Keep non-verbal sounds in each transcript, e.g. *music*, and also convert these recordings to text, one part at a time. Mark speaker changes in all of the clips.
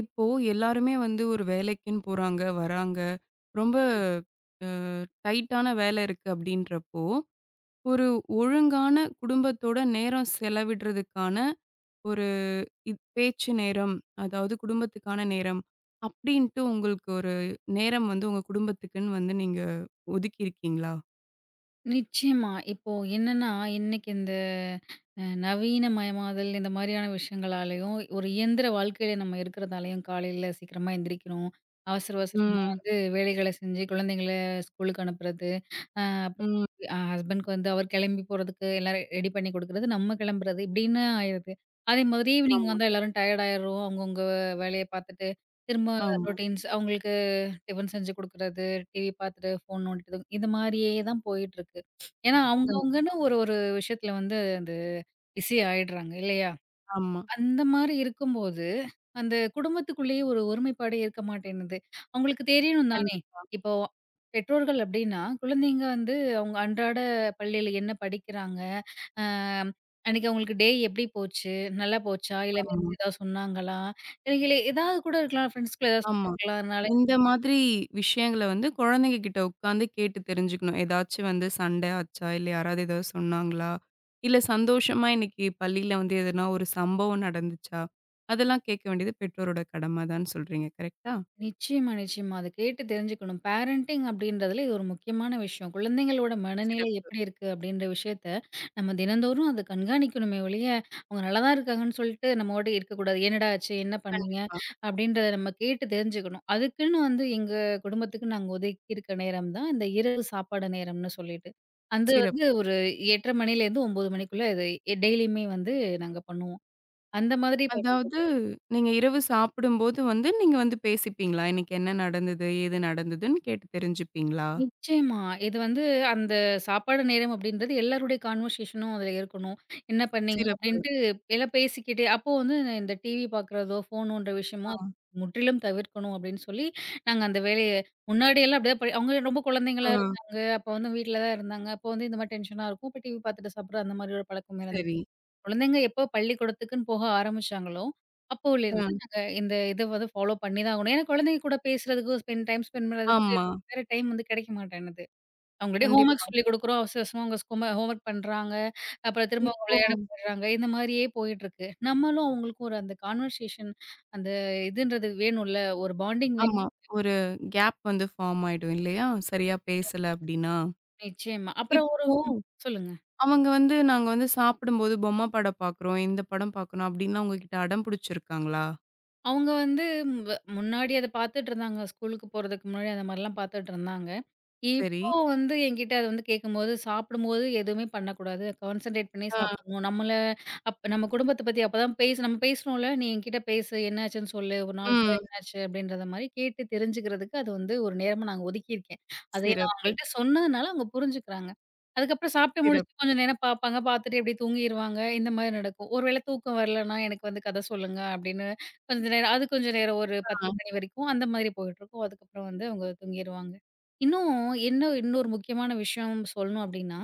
Speaker 1: இப்போ எல்லாருமே வந்து ஒரு வேலைக்குன்னு போறாங்க, வராங்க. ரொம்ப அ டைட்டான வேலை இருக்கு அப்படின்றப்போ, ஒரு ஒழுங்கான குடும்பத்தோட நேரம் செலவிடுறதுக்கான ஒரு இத் பேச்சு நேரம், அதாவது குடும்பத்துக்கான நேரம் அப்படின்ட்டு உங்களுக்கு ஒரு நேரம் வந்து உங்க குடும்பத்துக்குன்னு வந்து நீங்க ஒதுக்கியிருக்கீங்களா?
Speaker 2: நிச்சயமா. இப்போ என்னன்னா, இன்னைக்கு இந்த நவீனமயமாதல் இந்த மாரியான விஷயங்களாலயும், ஒரு இயந்திர வாழ்க்கையில நம்ம இருக்கிறதாலயும், காலையில சீக்கிரமா எந்திரிக்கிறோம். அவசர அவசரமா
Speaker 1: ம்.
Speaker 2: வந்து வேலைகள செஞ்சு, குழந்தைங்கள ஸ்கூலுக்கு அனுப்புறது, அ அப்புறம்
Speaker 1: ம்.
Speaker 2: ஹஸ்பண்ட்க்கு வந்து அவர் கிளம்பி போறதுக்கு எல்லாரும் ரெடி பண்ணி குடுக்குறது, நம்ம கிளம்புறது இப்படின்னு ஆயிருது. அதே மாதிரி ஈவினிங்
Speaker 1: ஆமா.
Speaker 2: வந்தா எல்லாரும் டயர்ட் ஆயிடுறோம். அவங்கவங்க வேலைய பார்த்துட்டு, திரும்ப
Speaker 1: ஆமா.
Speaker 2: ரொட்டீன்ஸ் அவங்களுக்கு டிஃபன் செஞ்சு குடுக்குறது, டிவி பார்த்துட்டு, ஃபோன் நோண்டிட்டு, இது மாரியே தான் போயிட்டுருக்கு. ஏன்னா,
Speaker 1: கண்
Speaker 2: அவங்கவங்கன்னு ஒரு ஒரு விஷயத்துல வந்து அந்த பிஸி ஆயிடுறாங்க இல்லையா?
Speaker 1: ஆமா.
Speaker 2: அந்த மாரி இருக்கும்போது, அந்த குடும்பத்துக்குள்ளேயே ஒரு ஒருமைப்பாடே இருக்க மாட்டேன்னுது. அவங்களுக்கு தெரியணும் தானே!
Speaker 1: கண்டிப்பா.
Speaker 2: இப்போ பெற்றோர்கள் அப்டின்னா, குழந்தைங்க வந்து அவங்க அன்றாட பள்ளியில என்ன படிக்கிறாங்க? அ அன்னைக்கு அவங்களுக்கு டே எப்படி போச்சு? நல்லா போச்சா? இல்ல
Speaker 1: ஆமா.
Speaker 2: மிஸ் ஏதாவது சொன்னாங்களா? இல்ல ஏதாவது கூட இருக்கலாம். ஃப்ரெண்ட்ஸ்குள்ள ஏதாவது
Speaker 1: ஆமா.
Speaker 2: சொல்லியிருக்கலாம். அதனால
Speaker 1: இந்த மாதிரி விஷயங்கள வந்து குழந்தைங்க கிட்ட உட்காந்து கேட்டு தெரிஞ்சுக்கணும். ஏதாச்சும் வந்து சண்டை ஆச்சா? இல்ல யாராவது ஏதாவது சொன்னாங்களா? இல்ல சந்தோஷமா இன்னைக்கு பள்ளியில வந்து எதனா ஒரு சம்பவம் நடந்துச்சா? அதெல்லாம் கேட்க வேண்டியது பெற்றோரோட கடம தான்னு சொல்றீங்க. கரெக்ட்டா?
Speaker 2: நிச்சயமா, நிச்சயமா. அத கேட்டு தெரிஞ்சுக்கணும். பேரண்டிங் அப்படின்றதுல இது ஒரு முக்கியமான விஷயம். குழந்தைங்களோட மனநிலை
Speaker 1: சிறப்பு.
Speaker 2: எப்படி இருக்கு அப்படின்ற விஷயத்த, நம்ம தினந்தோறும் அத கண்காணிக்கணுமே ஒழிய, அவங்க நல்லா தான் இருக்காங்கன்னு சொல்லிட்டு நம்ம பாட்டுக்கு இருக்கக்கூடாது. "என்னடா ஆச்சு? என்ன பண்ணீங்க?"
Speaker 1: கண்டிப்பா.
Speaker 2: அப்படின்றத நம்ம கேட்டு தெரிஞ்சுக்கணும். அதுக்குன்னு வந்து எங்க குடும்பத்துக்கு நாங்க ஒதுக்கியிருக்க நேரம் தான் இந்த இரவு சாப்பாடு நேரம்னு சொல்லிட்டு. அது வந்து
Speaker 1: சிறப்பு.
Speaker 2: ஒரு 8:30 மணிலேருந்து 9 மணிக்குள்ள இது டெய்லியுமே வந்து நாங்க பண்ணுவோம். அந்த மாதிரி
Speaker 1: அதாவது நீங்க இரவு சாப்பிடும்போது வந்து நீங்க வந்து பேசிப்பீங்களா? இன்னைக்கு என்ன நடந்தது? ஏது நடந்ததுன்னு கேட்டு தெரிஞ்சுப்பீங்களா?
Speaker 2: நிச்சயமா. இது வந்து அந்த சாப்பாடு நேரம் அப்படின்றது எல்லாருடைய கான்வர்சேஷனும் அதுல இருக்கணும். என்ன பண்ணீங்க?
Speaker 1: சிறப்பு.
Speaker 2: அப்படின்ட்டு எல்லாம் பேசிக்கிட்டு அப்போ வந்து இந்த டிவி பார்க்குறதோ, ஃபோனுன்ற விஷயமோ
Speaker 1: ஆ.
Speaker 2: அது முற்றிலும் தவிர்க்கணும் அப்படின்னு சொல்லி, நாங்க அந்த வேலைய முன்னாடியெல்லாம் அப்படிதான் படி அவங்க ரொம்ப
Speaker 1: ஆ.
Speaker 2: குழந்தைங்களா இருந்தாங்க. அப்போ வந்து வீட்ல தான் இருந்தாங்க. அப்போ வந்து இந்த மாரி டென்ஷனா இருக்கும். அப்ப டிவி பார்த்துட்டு சாப்பிடுற அந்த மாரி ஒரு பழக்கம் இருந்தது.
Speaker 1: சரி.
Speaker 2: குழந்தைங்க எப்போ பள்ளிக்கூடத்துக்குன்னு போக ஆரம்பிச்சாங்களோ, அப்போலேருந்து
Speaker 1: ஆ.
Speaker 2: நாங்க இந்த இத வந்து ஃபாலோ பண்ணி தான் ஆகணும். ஏன்னா குழந்தைங்க கூட பேசுறதுக்கு, ஸ்பெண்ட் பண்றதுக்கு
Speaker 1: ஆமா.
Speaker 2: வேற டைம் வந்து கிடைக்க மாட்டேன்னுது. அவங்களுடைய ஹோம் ஒர்க்
Speaker 1: கண்டிப்பா.
Speaker 2: சொல்லிக் குடுக்குறோம். அவசர அவசரமா அவங்க ஹோம் ஒர்க் பண்றாங்க. அப்புறம் திரும்ப அவங்க
Speaker 1: இப்போ
Speaker 2: விளையாட போயிடுறாங்க. இந்த மாதிரியே போயிட்டுருக்கு. நம்மளும் அவங்களுக்கும் ஒரு அந்த கான்வர்சேஷன் அந்த இதுன்றது வேணும்ல. ஒரு பாண்டிங் வேணும்
Speaker 1: ஆமா. ஒரு கேப் வந்து ஃபார்ம் ஆயிடும் இல்லையா? சரியா பேசல அப்டின்னா.
Speaker 2: நிச்சயமா. அப்புறம் ஒரு
Speaker 1: இப்போ
Speaker 2: சொல்லுங்க.
Speaker 1: அவங்க வந்து நாங்க வந்து சாப்பிடும்போது பொம்மை படம் பார்க்குறோம், இந்த படம் பார்க்கணும் அப்டின்லாம் உங்ககிட்ட அடம் புடிச்சிருக்காங்களா?
Speaker 2: அவங்க வந்து வ முன்னாடி அத பார்த்துட்டுருந்தாங்க. ஸ்கூலுக்கு போறதுக்கு முன்னாடி அந்த மாரிலாம் பார்த்துட்டுருந்தாங்க.
Speaker 1: சரி.
Speaker 2: இப்போ வந்து என்கிட்ட அத வந்து கேட்கும்போது, சாப்பிடும்போது எதுவுமே பண்ணக்கூடாது. கான்சன்ட்ரேட் பண்ணி
Speaker 1: ஆ.
Speaker 2: சாப்பிடணும். நம்ம குடும்பத்த பத்தி அப்பதான் நம்ம பேசுறோம்ல, "நீ என்கிட்ட பேசு, என்னாச்சுன்னு சொல்லு, ஒரு நாள் ஃபுல்லா
Speaker 1: ம்.
Speaker 2: என்னாச்சு?" அப்படின்றத மாரி கேட்டு தெரிஞ்சுக்கிறதுக்கு அது வந்து ஒரு நேரமா நான் ஒதுக்கியிருக்கேன். அதை நான்
Speaker 1: சிறப்பு,
Speaker 2: அவங்கள்ட்ட சொன்னதுனால அவங்க புரிஞ்சுக்கிறாங்க. அதுக்கப்புறம் சாப்பிட்டு
Speaker 1: சிறப்பு.
Speaker 2: முடிச்சுட்டு கொஞ்சம் நேரம் பார்ப்பாங்க. பார்த்துட்டு அப்படியே தூங்கிருவாங்க. இந்த மாரி நடக்கும். ஒரு வேளை தூக்கம் வரலன்னா, "எனக்கு வந்து கதை சொல்லுங்க" அப்படின்னு கொஞ்ச நேரம் ஒரு
Speaker 1: ஆ.
Speaker 2: 10 மணி வரைக்கும் அந்த மாதிரி போயிட்டுருக்கும். அதுக்கப்புறம் வந்து அவங்க தூங்கிருவாங்க. இன்னும் என்ன இன்னொரு முக்கியமான விஷயம் சொல்லணும் அப்டின்னா,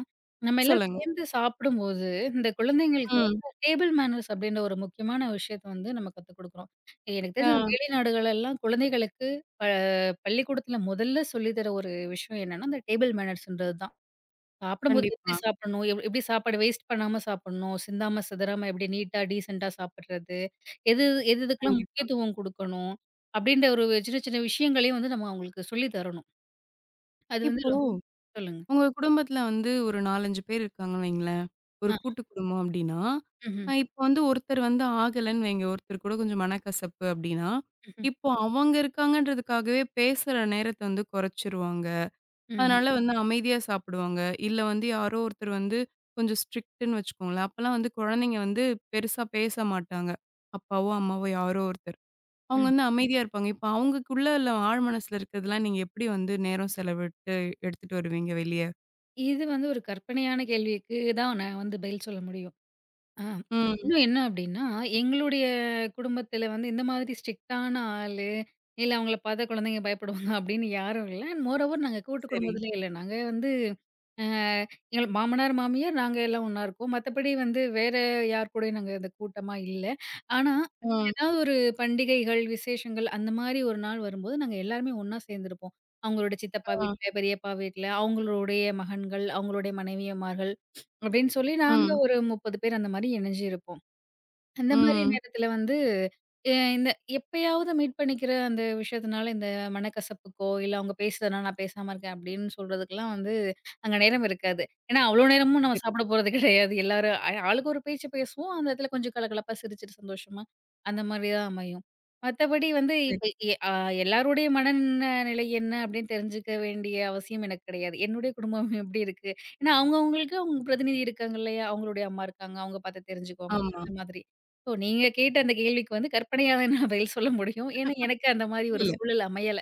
Speaker 2: நம்ம எல்லாம்
Speaker 1: சொல்லுங்க.
Speaker 2: சேர்ந்து சாப்பிடும்போது, இந்த குழந்தைங்களுக்கு வந்து
Speaker 1: ம்.
Speaker 2: டேபிள் மேனர்ஸ் அப்டின்ற ஒரு முக்கியமான விஷயத்த வந்து நம்ம கத்துக் குடுக்குறோம். எனக்கு தெரிஞ்சு இந்த
Speaker 1: ஆ.
Speaker 2: வெளிநாடுகளெல்லாம் குழந்தைகளுக்கு ப பள்ளிக்கூடத்தில முதல்ல சொல்லி தர ஒரு விஷயம் என்னன்னா, இந்த டேபிள் மேனர்ஸ்ன்றது தான். சாப்பிடும்போது எப்படி
Speaker 1: கண்டிப்பா,
Speaker 2: சாப்பிடணும்? எப்படி சாப்பாடு வேஸ்ட் பண்ணாம சாப்பிடணும்? சிந்தாம, சிதறாம எப்படி நீட்டா, டீசென்ட்டா சாப்பிடுறது? எது எது எதுக்கெல்லாம்
Speaker 1: கண்டிப்பா.
Speaker 2: முக்கியத்துவம் குடுக்கணும், அப்படின்ற ஒரு சின்ன சின்ன விஷயங்களையும் வந்து நம்ம அவங்களுக்கு சொல்லி தரணும். அது வந்து
Speaker 1: இப்போ
Speaker 2: சொல்லுங்க.
Speaker 1: உங்க குடும்பத்துல வந்து ஒரு 4, 5 பேர் இருக்காங்கன்னு வைங்களேன். ஒரு
Speaker 2: ஆ.
Speaker 1: கூட்டு குடும்பம் அப்படின்னா,
Speaker 2: ம்ஹ்ம்,
Speaker 1: இப்போ வந்து ஒருத்தர் வந்து ஆகலன்னு வைங்க, ஒருத்தர் கூட கொஞ்சம் மனக்கசப்பு அப்படின்னா,
Speaker 2: ம்ஹ்ம்,
Speaker 1: இப்போ அவங்க இருக்காங்கன்றதுக்காகவே பேசுற நேரத்த வந்து குறைச்சிருவாங்க.
Speaker 2: ம்ஹ்ம்,
Speaker 1: அதனால வந்து அமைதியா சாப்பிடுவாங்க. இல்ல வந்து யாரோ ஒருத்தர் வந்து கொஞ்சம் ஸ்ட்ரிக்ட்ன்னு வச்சுக்கோங்களேன். அப்பலாம் வந்து குழந்தைங்க வந்து பெருசா பேச மாட்டாங்க. அப்பாவோ, அம்மாவோ யாரோ ஒருத்தர். அவங்க
Speaker 2: ம்.
Speaker 1: வந்து அமைதியா இருப்பாங்க. இப்போ அவங்களுக்குள்ள உள்ள ஆழ் மனசுல இருக்கிறதெல்லாம் நீங்க எப்படி வந்து நேரம் செலவிட்டு எடுத்துட்டு வருவீங்க வெளிய?
Speaker 2: இது வந்து ஒரு கற்பனையான கேள்விக்கு தான் நான் வந்து பதில் சொல்ல முடியும். ஆ.
Speaker 1: ம்.
Speaker 2: இன்னும் என்ன அப்டின்னா, எங்களுடைய குடும்பத்தில வந்து இந்த மாதிரி ஸ்ட்ரிக்ட்டான ஆளு, இல்ல அவங்கள பார்த்தா குழந்தைங்க பயப்படுவாங்க *laughs* அப்டின்னு யாரும் இல்ல. அண்ட் மோர் ஓவர் நாங்க கூட்டு
Speaker 1: சரி.
Speaker 2: குடும்பத்திலே இல்ல. நாங்க வந்து அ எங்களுக்கு மாமனார், மாமியார் நாங்க எல்லாம் ஒண்ணா இருக்கோம். மத்தபடி வந்து வேற யார் கூடயும் நாங்க இந்த கூட்டமா இல்ல. ஆனா,
Speaker 1: ம்,
Speaker 2: ஏதாவது ஒரு பண்டிகைகள், விசேஷங்கள் அந்த மாரி ஒரு நாள் வரும்போது நாங்க எல்லாருமே ஒண்ணா சேர்ந்திருப்போம். அவங்களோட சித்தப்பா
Speaker 1: ம்,
Speaker 2: வீட்ல, பெரியப்பா வீட்ல, அவங்களுடைய மகன்கள், அவங்களுடைய மனைவியமார்கள் அப்படின்னு சொல்லி நாங்க
Speaker 1: ம்,
Speaker 2: ஒரு 30 பேர் அந்த மாரி இணைஞ்சிருப்போம். அந்த மாரி
Speaker 1: ம்.
Speaker 2: நேரத்துல வந்து, இந்த எப்பயாவது மீட் பண்ணிக்கிற அந்த விஷயத்தினால இந்த மனக்கசப்புக்கோ, இல்ல அவங்க பேசுறதுனால நான் பேசாம இருக்கேன் அப்படின்னு சொல்றதுக்கெல்லாம் வந்து அங்க நேரம் இருக்காது. ஏன்னா அவ்ளோ நேரமும் நம்ம
Speaker 1: சரி,
Speaker 2: சாப்பிட போறது கிடையாது. எல்லாரும் ஆளுக்கு ஒரு பேச்சு பேசுவோம். அந்த இடத்துல கொஞ்சம் கலகலப்பா சிரிச்சுட்டு சந்தோஷமா அந்த மாரி தான் அமையும். மத்தபடி வந்து
Speaker 1: சரி.
Speaker 2: இப்ப எ அ எல்லாருடைய நிலை என்ன அப்படின்னு தெரிஞ்சுக்க வேண்டிய அவசியம் எனக்கு கிடையாது. என்னுடைய குடும்பம் எப்படி இருக்கு? ஏன்னா அவங்கவங்களுக்கு அவங்க பிரதிநிதி இருக்காங்க இல்லையா? அவங்களுடைய அம்மா இருக்காங்க. அவங்க பார்த்து தெரிஞ்சுக்குவாங்க.
Speaker 1: ஆமா.
Speaker 2: அந்த மாதிரி. ஓ! நீங்க கேட்ட அந்த கேள்விக்கு வந்து கற்பனையா தான் நான் பதில் சொல்ல முடியும். ஏன்னா, எனக்கு அந்த மாரி ஒரு
Speaker 1: இல்ல.
Speaker 2: சூழல் அமையல.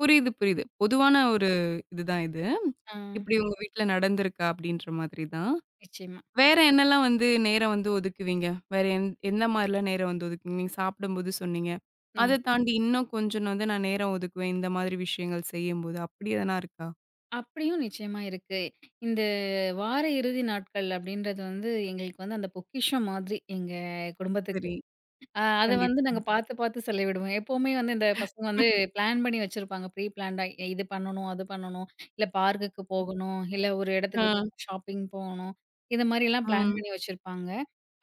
Speaker 1: புரியுது, புரியுது. பொதுவான ஒரு இதுதான் இது.
Speaker 2: ஆ
Speaker 1: இப்படி உங்க வீட்ல நடந்திருக்கா அப்படின்ற மாதிரி தான்.
Speaker 2: நிச்சயமா.
Speaker 1: வேற என்னலாம் வந்து நேரம் வந்து ஒதுக்குவீங்க? வேற எந்த மாரிலாம் நேரம் வந்து ஒதுக்குவீங்க? நீங்க சாப்பிடும்போது சொன்னீங்க.
Speaker 2: நா
Speaker 1: அத தாண்டி இன்னும் கொஞ்சம் வந்து நான் நேரம் ஒதுக்குவேன். இந்த மாதிரி விஷயங்கள் செய்யும்போது. அப்படி எதனா இருக்கா?
Speaker 2: அப்படியும் நிச்சயமா இருக்கு. இந்த வார இறுதி நாட்கள் அப்படின்றது வந்து எங்களுக்கு வந்து அந்த பொக்கிஷம் மாதிரி எங்க குடும்பத்துக்கு.
Speaker 1: சரி.
Speaker 2: அத வந்து
Speaker 1: கண்டிப்பா.
Speaker 2: நாங்க பார்த்து பார்த்து செலவிடுவோம். எப்பவுமே வந்து இந்த பசங்க வந்து
Speaker 1: *laughs*
Speaker 2: பிளான் பண்ணி வச்சிருப்பாங்க. ப்ரீ பிளான்டா இது பண்ணணும், அது பண்ணணும், இல்ல பார்க்குக்கு போகணும், இல்ல ஒரு இடத்துக்கு
Speaker 1: ஆ,
Speaker 2: ஷாப்பிங் போகணும். இது மாரிலாம் பிளான்
Speaker 1: ம்.
Speaker 2: பண்ணி வச்சிருப்பாங்க.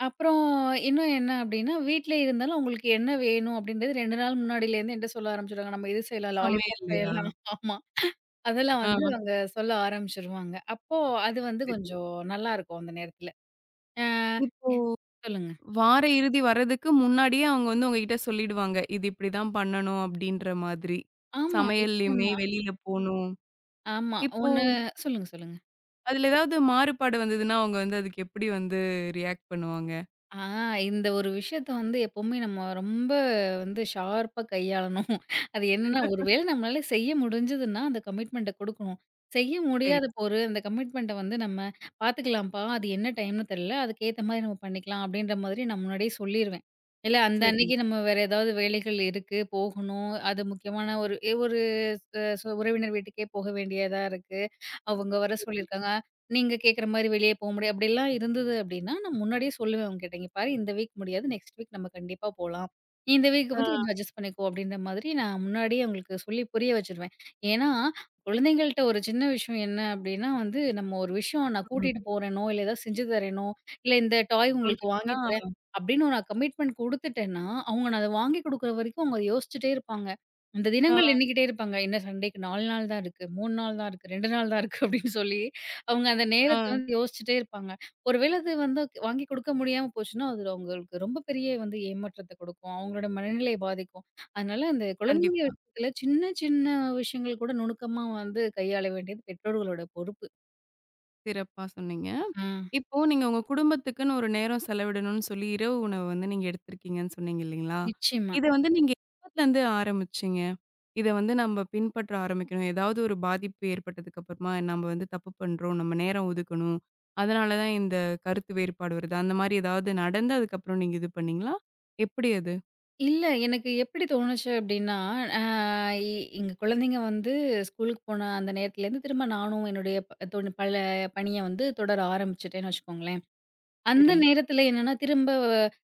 Speaker 2: அப்புறம் இன்னும் என்ன அப்டின்னா, வீட்ல இருந்தாலும் உங்களுக்கு என்ன வேணும் அப்டின்றது 2 நாள் முன்னாடிலேருந்து என்ட்ட சொல்ல ஆரம்பிச்சுருவாங்க. நம்ம இது செய்யலாம், லாலிபாப்
Speaker 1: சமையல்லையா?
Speaker 2: செய்யலாம். *laughs* ஆமா. அதெல்லாம் வந்து
Speaker 1: ஆ.
Speaker 2: அவங்க சொல்ல ஆரம்பிச்சுருவாங்க. அப்போ அது வந்து
Speaker 1: சரி.
Speaker 2: கொஞ்சம் நல்லாருக்கும் அந்த நேரத்துல. அ சொல்லுங்க.
Speaker 1: வார இறுதி வர்றதுக்கு முன்னாடியே அவங்க வந்து உங்ககிட்ட சொல்லிடுவாங்க. இது இப்படிதான் பண்ணணும் அப்படின்ற மாதிரி.
Speaker 2: ஆமா,
Speaker 1: சமையல்லயுமே
Speaker 2: நிச்சயமா.
Speaker 1: வெளியில போணும்.
Speaker 2: ஆமா.
Speaker 1: இப்போ
Speaker 2: ஒண்ணு சொல்லுங்க.
Speaker 1: அதுல ஏதாவது மாறுபாடு வந்ததுன்னா, அவங்க வந்து அதுக்கு எப்படி வந்து ரியாக்ட் பண்ணுவாங்க?
Speaker 2: ஆ இந்த ஒரு விஷயத்த வந்து எப்பவுமே நம்ம ரொம்ப வந்து ஷார்ப்பா கையாளணும். அது என்னன்னா, ஒரு வேளை நம்மளால செய்ய முடிஞ்சதுன்னா, அந்த கமிட்மெண்ட்ட குடுக்கணும். செய்ய
Speaker 1: சரி,
Speaker 2: முடியாத போரு அந்த கமிட்மெண்ட்ட வந்து நம்ம பார்த்துக்கலாம்ப்பா. அது என்ன டைம்னு தெரியல. அதுக்கேத்த மாரி நம்ம பண்ணிக்கலாம் அப்டின்ற மாதிரி நான் முன்னாடியே சொல்லிருவேன். இல்ல அந்த
Speaker 1: சரி,
Speaker 2: அன்னைக்கு நம்ம வேற ஏதாவது வேலைகள் இருக்கு, போகணும். அது முக்கியமான ஒரு ஒரு அ உறவினர் வீட்டுக்கே போக வேண்டியதா இருக்கு. அவங்க வர
Speaker 1: சரி.
Speaker 2: சொல்லியிருக்காங்க. நீங்க கேட்குற மாரி வெளிய போ முடியாது. அப்படிலாம் இருந்தது அப்படின்னா, நான் முன்னாடியே சொல்லுவேன் அவங்ககிட்ட. "இங்க பாரு இந்த வீக் முடியாது. நெக்ஸ்ட் வீக் நம்ம கண்டிப்பா போலாம். நீ இந்த வீக் வந்து
Speaker 1: ஆ.
Speaker 2: கொஞ்சம் அட்ஜஸ்ட் பண்ணிக்கோ" அப்படின்ற மாதிரி நான் முன்னாடியே அவங்களுக்கு சொல்லி புரிய வச்சுருவேன். ஏன்னா, குழந்தைங்கள்ட்ட ஒரு சின்ன விஷயம் என்ன அப்படின்னா வந்து, நம்ம ஒரு விஷயம் நான்
Speaker 1: ம்.
Speaker 2: கூட்டிட்டு போறேனோ, இல்ல ஏதாவது செஞ்சு தரேனோ, இல்ல இந்த டாய் உங்களுக்கு வாங்கி
Speaker 1: சொல்லிட்டா
Speaker 2: தரேன் அப்படின்னு நான் கமிட்மெண்ட் குடுத்துட்டேன்னா, அவங்க நான் அத வாங்கி குடுக்குற வரைக்கும் அவங்க யோசிச்சுட்டே இருப்பாங்க. அந்த
Speaker 1: ஆ,
Speaker 2: தினங்கள் எண்ணிக்கிட்டே இருப்பாங்க. என்ன சண்டேக்கு 4 நாள் தான் இருக்கு. 3 நாள் தான் இருக்கு. 2 நாள் தான் இருக்கு *laughs* அப்படின்னு சொல்லி, அவங்க அந்த
Speaker 1: ஆ.
Speaker 2: நேரத்த வந்து யோசிச்சுட்டே இருப்பாங்க. ஒருவேள அது வந்து வாங்கி கொடுக்க முடியாம போச்சுன்னா, அது அவங்களுக்கு ரொம்ப பெரிய வந்து ஏமாற்றத்த கொடுக்கும். அவங்களோட மனநிலைய பாதிக்கும். அதனால அந்த குழந்தைங்க
Speaker 1: கண்டிப்பா.
Speaker 2: விஷயத்துல சின்ன சின்ன விஷயங்கள் கூட நுணுக்கமா வந்து கையாள வேண்டியது பெற்றோர்களோட பொறுப்பு.
Speaker 1: சிறப்பா சொன்னீங்க.
Speaker 2: ஆ.
Speaker 1: இப்போ நீங்க உங்க குடும்பத்துக்குன்னு ஒரு நேரம் செலவிடணும்னு சொல்லி, இரவு உணவு வந்து நீங்க எடுத்திருக்கீங்கன்னு சொன்னீங்க இல்லைங்களா?
Speaker 2: நிச்சயமா.
Speaker 1: இத வந்து நீங்க எப்பத்துலருந்து ஆரம்பிச்சீங்க? இத வந்து நம்ம பின்பற்ற ஆரம்பிக்கணும். ஏதாவது ஒரு பாதிப்பு ஏற்பட்டதுக்கு அப்புறமா, நம்ம வந்து தப்பு பண்றோம். நம்ம நேரம் ஒதுக்கணும். அதனால தான் இந்த கருத்து வேறுபாடு வருது. அந்த மாரி ஏதாவது நடந்து அதுக்கப்புறம் நீங்க இது பண்ணீங்களா? எப்படி அது?
Speaker 2: இல்ல. எனக்கு எப்படி தோணுச்சு அப்டின்னா, அ இ எங்க குழந்தைங்க வந்து ஸ்கூலுக்கு போன அந்த நேரத்துலேருந்து திரும்ப நானும் என்னுடைய ப தொ பல பணிய வந்து தொடர ஆரம்பிச்சுட்டேன்னு வச்சுக்கோங்களேன். அந்த
Speaker 1: சரி,
Speaker 2: நேரத்துல என்னன்னா, திரும்ப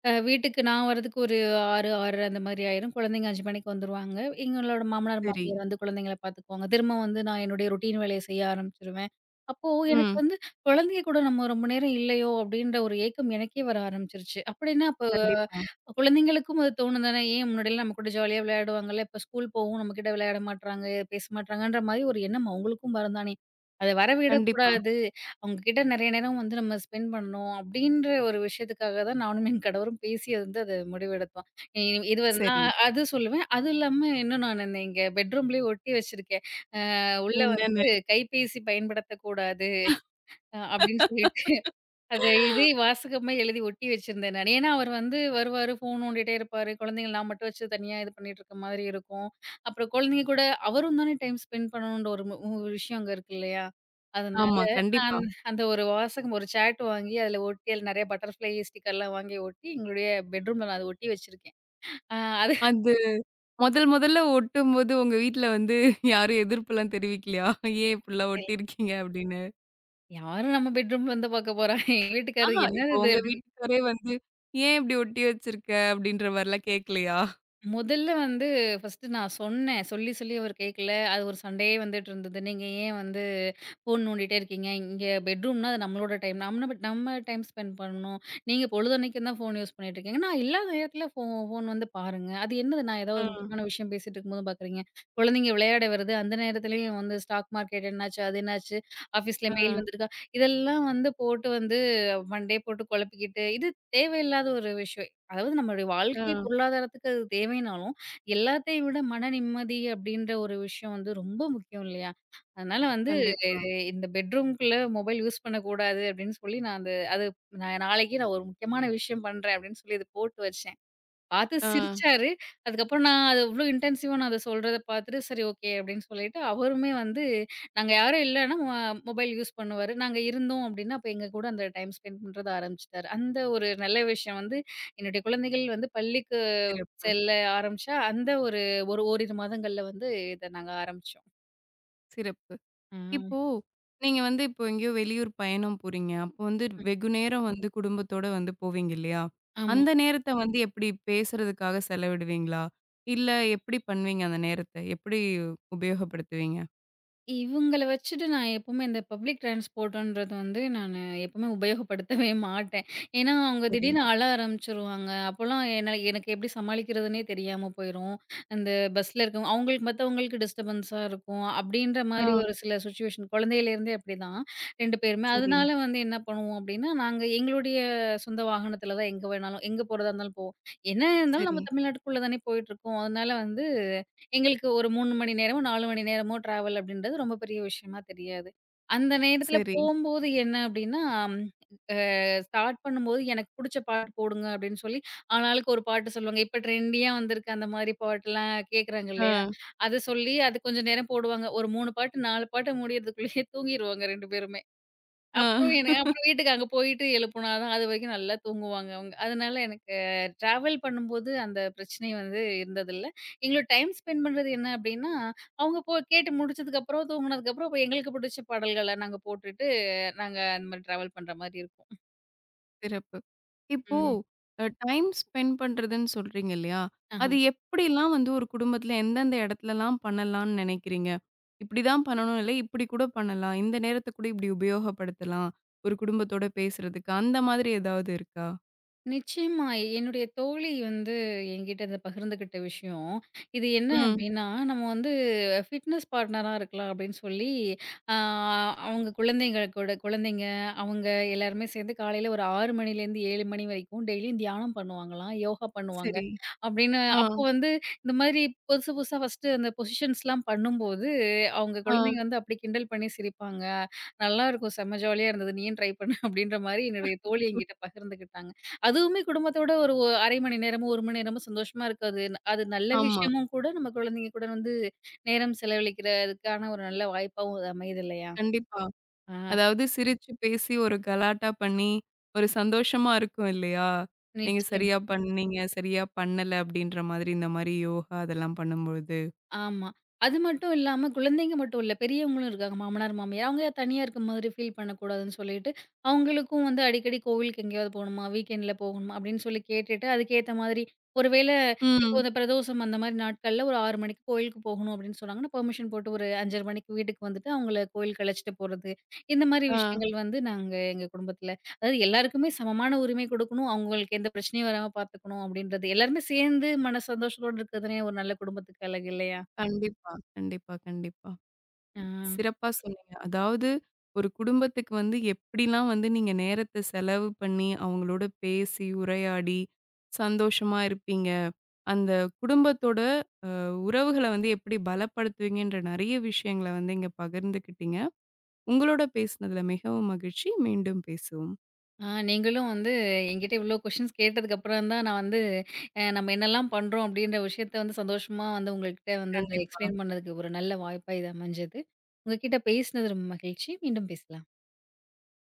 Speaker 2: வீட்டுக்கு நான் வரதுக்கு ஒரு 6, 6:30 அந்த மாரி ஆயிரும். குழந்தைங்க 5 மணிக்கு வந்துருவாங்க. எங்களோட மாமனார்,
Speaker 1: சரி.
Speaker 2: மாமியார் வந்து குழந்தைங்கள பார்த்துக்குவாங்க. திரும்ப வந்து நான் என்னுடைய ரொட்டீன் வேலைய செய்ய ஆரம்பிச்சுருவேன். அப்போ எனக்கு
Speaker 1: ம்.
Speaker 2: வந்து குழந்தைங்க கூட நம்ம ரொம்ப நேரம் இல்லையோ! அப்டின்ற ஒரு ஏக்கம் எனக்கே வர ஆரம்பிச்சுருச்சு. அப்டின்னா அப்ப
Speaker 1: கண்டிப்பா,
Speaker 2: குழந்தைங்களுக்கும் அது தோணும் தானே! ஏன் முன்னாடிலாம் நம்ம கூட ஜாலியா விளையாடுவாங்கல்ல. இப்ப ஸ்கூல் போவும் நம்மகிட்ட விளையாட மாட்றாங்க, பேச மாட்றாங்கன்ற மாரி ஒரு எண்ணம் அவங்களுக்கும் வரும் தானே! அத
Speaker 1: கண்டிப்பா.
Speaker 2: வரவிடக்கூடாது. அவங்க கிட்ட நெறைய நேரம் வந்து நம்ம ஸ்பெண்ட் பண்ணணும் அப்படின்ற ஒரு விஷயத்துக்காக தான் நானும் என் கணவரும் பேசி வந்து அத முடிவெடுத்தோம். இ இது வந்து
Speaker 1: சரி.
Speaker 2: நான் அது சொல்லுவேன். அது இல்லாம இன்னும் நான் என்ன எங்க பெட்ரூம்லயே ஒட்டி வச்சிருக்கேன். அ உள்ள வந்து
Speaker 1: என்னன்னு?
Speaker 2: கைபேசி பயன்படுத்தக்கூடாது அப்படின்னு சொல்லிட்டு அத இதே வாசகமா எழுதி ஒட்டி வச்சிருந்தேன் நானு. ஏன்னா அவர் வந்து வருவாரு, ஃபோன் நோண்டிட்டே இருப்பாரு. குழந்தைங்கள நான் மட்டும் வச்சு தனியா இது பண்ணிட்டு இருக்க மாதிரி இருக்கும். அப்புறம் குழந்தைங்க கூட அவரும் தானே டைம் ஸ்பெண்ட் பண்ணணுன்ற ஒரு விஷயம் அங்க இருக்கு இல்லையா? அதனால
Speaker 1: ஆமா, கண்டிப்பா.
Speaker 2: அந் அந்த ஒரு வாசகம் ஒரு சார்ட் வாங்கி அதில ஒட்டி அதில நெறைய பட்டர்ஃப்ளை ஸ்டிக்கர்லாம் வாங்கி ஒட்டி எங்களுடைய பெட்ரூம்ல நான் அத ஒட்டி வச்சிருக்கேன். அ அது
Speaker 1: அது முதல் முதல்ல ஒட்டும்போது உங்க வீட்ல வந்து யாரும் எதிர்ப்புலாம் தெரிவிக்கலையா? "ஏன் இப்படிலாம் ஒட்டியிருக்கீங்க?" அப்படின்னு.
Speaker 2: யாரும் நம்ம பெட்ரூம் வந்து பார்க்க போறா? எங்க
Speaker 1: ஆஹா,
Speaker 2: வீட்டுக்காரர் என்னது
Speaker 1: இப்போ
Speaker 2: இது?
Speaker 1: உங்க வீட்டுக்காரே வந்து, "ஏன் இப்படி ஒட்டி வச்சிருக்க?" அப்படின்ற மாரிலாம் கேட்கலையா?
Speaker 2: முதல்ல வந்து ஃபர்ஸ்ட்டு நான் சொன்னேன். சொல்லி, சொல்லி அவர் கேட்கல. அது ஒரு சண்டையே வந்துட்டுருந்தது. "நீங்க ஏன் வந்து ஃபோன் நோண்டிட்டே இருக்கீங்க? இங்க பெட்ரூம்னா அது நம்மளோட டைம். நம்ம டைம் ஸ்பெண்ட் பண்ணணும். நீங்க பொழுதன்னைக்கும் தான் ஃபோன் யூஸ் பண்ணிட்டுருக்கீங்க. நான் இல்லாத நேரத்தில ஃபோன் வந்து பாருங்க. அது என்னது நான்
Speaker 1: ஆ,
Speaker 2: ஏதாவது முக்கியமான விஷயம் பேசிட்டு இருக்கும்போது பார்க்குறீங்க? குழந்தைங்க விளையாட வருது. அந்த நேரத்துலயும் வந்து ஸ்டாக் மார்க்கெட் என்னாச்சு? அது என்னாச்சு? ஆஃபீஸ்ல
Speaker 1: ஆ,
Speaker 2: மெயில் வந்திருக்கா?" இதெல்லாம் வந்து போட்டு வந்து மண்டைய போட்டு குழப்பிக்கிட்டு, இது தேவையில்லாத ஒரு விஷயம். அதாவது நம்மளுடைய வாழ்க்கை
Speaker 1: ஆ.
Speaker 2: பொருளாதாரத்துக்கு அது தேவைனாலும், எல்லாத்தையும் விட மன நிம்மதி அப்டின்ற ஒரு விஷயம் வந்து ரொம்ப முக்கியம் இல்லையா? அதனால வந்து
Speaker 1: கண்டிப்பா.
Speaker 2: ஆமாங்க. இந்த பெட்ரூம்க்குள்ள மொபைல் யூஸ் பண்ணக்கூடாது அப்டின்னு சொல்லி நான் அந்த அது நான் நாளைக்கு நான் ஒரு முக்கியமான விஷயம் பண்றேன் அப்டின்னு சொல்லி இத போட்டு வச்சேன். பார்த்து
Speaker 1: ஆ.
Speaker 2: சிரிச்சாரு. அதுக்கப்புறம் நான் அது இவ்ளோ இன்டென்சிவா நான் அத சொல்றத பார்த்துட்டு, "சரி ஓகே" அப்படின்னு சொல்லிட்டு, அவருமே வந்து நாங்க யாரும் இல்லன்னா மொபைல் யூஸ் பண்ணுவாரு. நாங்க இருந்தோம் அப்படின்னா, அப்ப எங்க கூட அந்த டைம் ஸ்பெண்ட் பண்றத ஆரம்பிச்சுட்டாரு. அந்த ஒரு நல்ல விஷயம் வந்து என்னுடைய குழந்தைகள் வந்து பள்ளிக்கு
Speaker 1: சிறப்பு,
Speaker 2: செல்ல ஆரம்பிச்சா, அந்த ஒரு ஒரு ஓரிரு மாதங்கள்ல வந்து இத நாங்க ஆரம்பிச்சோம்.
Speaker 1: சிறப்பு.
Speaker 2: ஆ.
Speaker 1: இப்போ நீங்க வந்து இப்போ எங்கேயோ வெளியூர் பயணம் போறீங்க. அப்போ வந்து வெகு நேரம் வந்து குடும்பத்தோட வந்து போவீங்க இல்லையா?
Speaker 2: ஆமா.
Speaker 1: அந்த நேரத்த வந்து எப்படி பேசுறதுக்காக செலவிடுவீங்களா? இல்ல எப்படி பண்ணுவீங்க அந்த நேரத்த? எப்படி உபயோகப்படுத்துவீங்க?
Speaker 2: இவங்கள வச்சுட்டு நான் எப்பவுமே இந்த பப்ளிக் டிரான்ஸ்போர்ட்டுன்றது வந்து நானு எப்பவுமே உபயோகப்படுத்தவே மாட்டேன். ஏன்னா, அவங்க
Speaker 1: சரி.
Speaker 2: திடீர்னு அழ ஆரம்பிச்சுருவாங்க. அப்போலாம் என்ன எனக்கு எப்படி சமாளிக்கிறதுன்னே தெரியாம போயிரும். அந்த பஸ்ல இருக்கவங்க அவங்களுக்கு மத்தவங்களுக்கு டிஸ்டர்பன்ஸா இருக்கும். அப்படின்ற மாரி
Speaker 1: ஆ.
Speaker 2: ஒரு சில சுச்சுவேஷன் குழந்தையிலேருந்தே அப்படிதான் 2 பேருமே.
Speaker 1: சரி,
Speaker 2: அதனால வந்து என்ன பண்ணுவோம் அப்படின்னா, நாங்க எங்களுடைய சொந்த வாகனத்துல தான் எங்க வேணாலும் எங்க போறதா இருந்தாலும் போவோம். என்ன இருந்தாலும்
Speaker 1: சரி,
Speaker 2: நம்ம தமிழ்நாட்டுக்குள்ள தானே போயிட்டுருக்கோம். அதனால வந்து எங்களுக்கு ஒரு 3 மணி நேரமோ, 4 மணி நேரமோ ட்ராவல் அப்படின்றது ரொம்ப பெரிய விஷயமா தெரியாது. அந்த நேரத்தில
Speaker 1: சரி.
Speaker 2: போம்போது என்ன அப்படின்னா, அ ஸ்டார்ட் பண்ணும்போது எனக்கு புடிச்ச பாட்டு போடுங்க அப்படின்னு சொல்லி, ஆளாளுக்கு ஒரு பாட்டு சொல்லுவாங்க. இப்ப ட்ரெண்டியா வந்திருக்கு அந்த மாரி பாட்டுலாம் கேட்குறாங்க இல்லையா?
Speaker 1: ஆ,
Speaker 2: அத சொல்லி அது கொஞ்ச நேரம் போடுவாங்க. ஒரு 3 பாட்டு, 4 பாட்டு முடியறதுக்குள்ளேயே தூங்கிருவாங்க 2 பேருமே.
Speaker 1: ஆ.
Speaker 2: அப்புறம் வீட்டுக்கு அங்க போயிட்டு எழுப்புனா தான் அதுவரைக்கும் நல்லா தூங்குவாங்க அவங்க. அதனால எனக்கு ட்ராவல் பண்ணும்போது அந்த பிரச்சனை வந்து இருந்ததில்ல. எங்களோட டைம் ஸ்பெண்ட் பண்றது என்ன அப்டின்னா, அவங்க போ கேட்டு முடிச்சதுக்கப்புறம், தூங்குனதுக்கப்புறம் அப்ப எங்களுக்கு பிடிச்ச பாடல்கள நாங்க போட்டுட்டு, நாங்க அந்த மாரி ட்ராவல் பண்ற மாரி இருக்கும்.
Speaker 1: சிறப்பு. இப்போ
Speaker 2: ம்.
Speaker 1: டைம் ஸ்பெண்ட் பண்றதுன்னு சொல்றீங்க இல்லையா?
Speaker 2: ஆஹ.
Speaker 1: அது எப்படிலாம் வந்து ஒரு குடும்பத்துல எந்தெந்த இடத்துலலாம் பண்ணலாம்னு நினைக்கிறீங்க? இப்படிதான் பண்ணணும் இல்ல, இப்படி கூட பண்ணலாம். இந்த நேரத்த கூட இப்படி உபயோகப்படுத்தலாம். ஒரு குடும்பத்தோட பேசுறதுக்கு. அந்த மாதிரி ஏதாவது இருக்கா?
Speaker 2: நிச்சயமா. என்னுடைய தோழி வந்து என்கிட்ட இத பகிர்ந்துக்கிட்ட விஷயம். இது என்ன
Speaker 1: ம்.
Speaker 2: அப்டின்னா, நம்ம வந்து ஃபிட்னஸ் பார்ட்னரா இருக்கலாம் அப்டின்னு சொல்லி, ஆ அவங்க குழந்தைங்க அவங்க எல்லாருமே சேர்ந்து காலையில ஒரு 6 மணிலேருந்து 7 மணி வரைக்கும் டெய்லியும் தியானம் பண்ணுவாங்களாம், யோகா பண்ணுவாங்க.
Speaker 1: சரி.
Speaker 2: அப்டின்னு
Speaker 1: ஆ,
Speaker 2: அப்போ வந்து இந்த மாதிரி புதுசு புதுசா ஃபர்ஸ்ட்டு அந்த பொசிஷன்ஸ்லாம் பண்ணும்போது, அவங்க குழந்தைங்க
Speaker 1: ஆ.
Speaker 2: வந்து அப்டி கிண்டல் பண்ணி சிரிப்பாங்க. நல்லாருக்கும் செம்ம ஜாலியா இருந்தது. நீயும் ட்ரை பண்ணு அப்டின்ற மாரி என்னுடைய தோழி என்கிட்ட பகிர்ந்துக்கிட்டாங்க. அதுவுமே குடும்பத்தோட ஒரு 1/2 மணி நேரமோ, 1 மணி நேரமோ சந்தோஷமா இருக்காது. அது நல்ல
Speaker 1: ஆமா.
Speaker 2: விஷயமும் கூட, நம்ம குழந்தைங்க கூட வந்து நேரம் செலவழிக்கிறதுக்கான ஒரு நல்ல வாய்ப்பாவும் அது அமையுது இல்லையா?
Speaker 1: கண்டிப்பா.
Speaker 2: ஆ
Speaker 1: அதாவது சிரிச்சு பேசி ஒரு கலாட்டா பண்ணி, ஒரு சந்தோஷமா இருக்கும் இல்லையா? நீங்க
Speaker 2: நிச்சயமா.
Speaker 1: சரியா பண்ணீங்க, சரியா பண்ணல அப்படின்ற மாதிரி இந்த மாரி யோகா அதெல்லாம் பண்ணும்பொழுது.
Speaker 2: ஆமா. அது மட்டும் இல்லாம குழந்தைங்க மட்டும் இல்ல. பெரியவங்களும் இருக்காங்க. மாமனார், மாமியார். அவங்க தனியா இருக்க மாதிரி ஃபீல் பண்ணக்கூடாதுன்னு சொல்லிட்டு, அவங்களுக்கும் வந்து அடிக்கடி கோவிலுக்கு எங்கேயாவது போணுமா? வீக்கெண்ட்ல போகணுமா? அப்படின்னு சொல்லி கேட்டுட்டு, அதுக்கேத்த மாதிரி ஒருவேள இப்போ
Speaker 1: ம்.
Speaker 2: இந்த பிரதோஷம் அந்த மாரி நாட்கள்ல ஒரு 6 மணிக்கு கோயிலுக்கு போகணும் அப்படின்னு சொன்னாங்கன்னா, பெர்மிஷன் போட்டு ஒரு 5:30 மணிக்கு வீட்டுக்கு வந்துட்டு அவங்கள கோயிலுக்கு அழைச்சிட்டு போறது. இந்த மாரி
Speaker 1: ஆ.
Speaker 2: விஷயங்கள் வந்து நாங்க எங்க குடும்பத்துல அதாவது எல்லாருக்குமே சமமான உரிமை குடுக்கணும். அவங்களுக்கு எந்த பிரச்சனையும் வராம பார்த்துக்கணும் அப்படின்றது. எல்லாருமே சேர்ந்து மன சந்தோஷத்தோட இருக்கிறது தானே ஒரு நல்ல குடும்பத்துக்கு அழகு இல்லையா?
Speaker 1: கண்டிப்பா.
Speaker 2: ஆ,
Speaker 1: சிறப்பா சொன்னீங்க. அதாவது ஒரு குடும்பத்துக்கு வந்து எப்படிலாம் வந்து நீங்க நேரத்த செலவு பண்ணி, அவங்களோட பேசி, உரையாடி, சந்தோஷமா இருப்பீங்க. அந்த குடும்பத்தோட உறவுகள வந்து எப்படி பலப்படுத்துவீங்கன்ற நெறைய விஷயங்கள வந்து இங்க பகிர்ந்துக்கிட்டீங்க. உங்களோட பேசினதுல மிகவும் மகிழ்ச்சி. மீண்டும் பேசுவோம்.
Speaker 2: ஆ நீங்களும் வந்து என்கிட்ட இவ்ளோ கொஸ்டின்ஸ் கேட்டதுக்கு அப்புறம் தான் நான் வந்து நம்ம என்னலாம் பண்றோம் அப்படின்ற விஷயத்த வந்து சந்தோஷமா வந்து உங்கள்கிட்ட வந்து அத
Speaker 1: கண்டிப்பா.
Speaker 2: எக்ஸ்பிளைன் பண்ணதுக்கு ஒரு நல்ல வாய்ப்பா இது அமைஞ்சது. உங்ககிட்ட பேசினது ரொம்ப மகிழ்ச்சி. மீண்டும் பேசலாம்.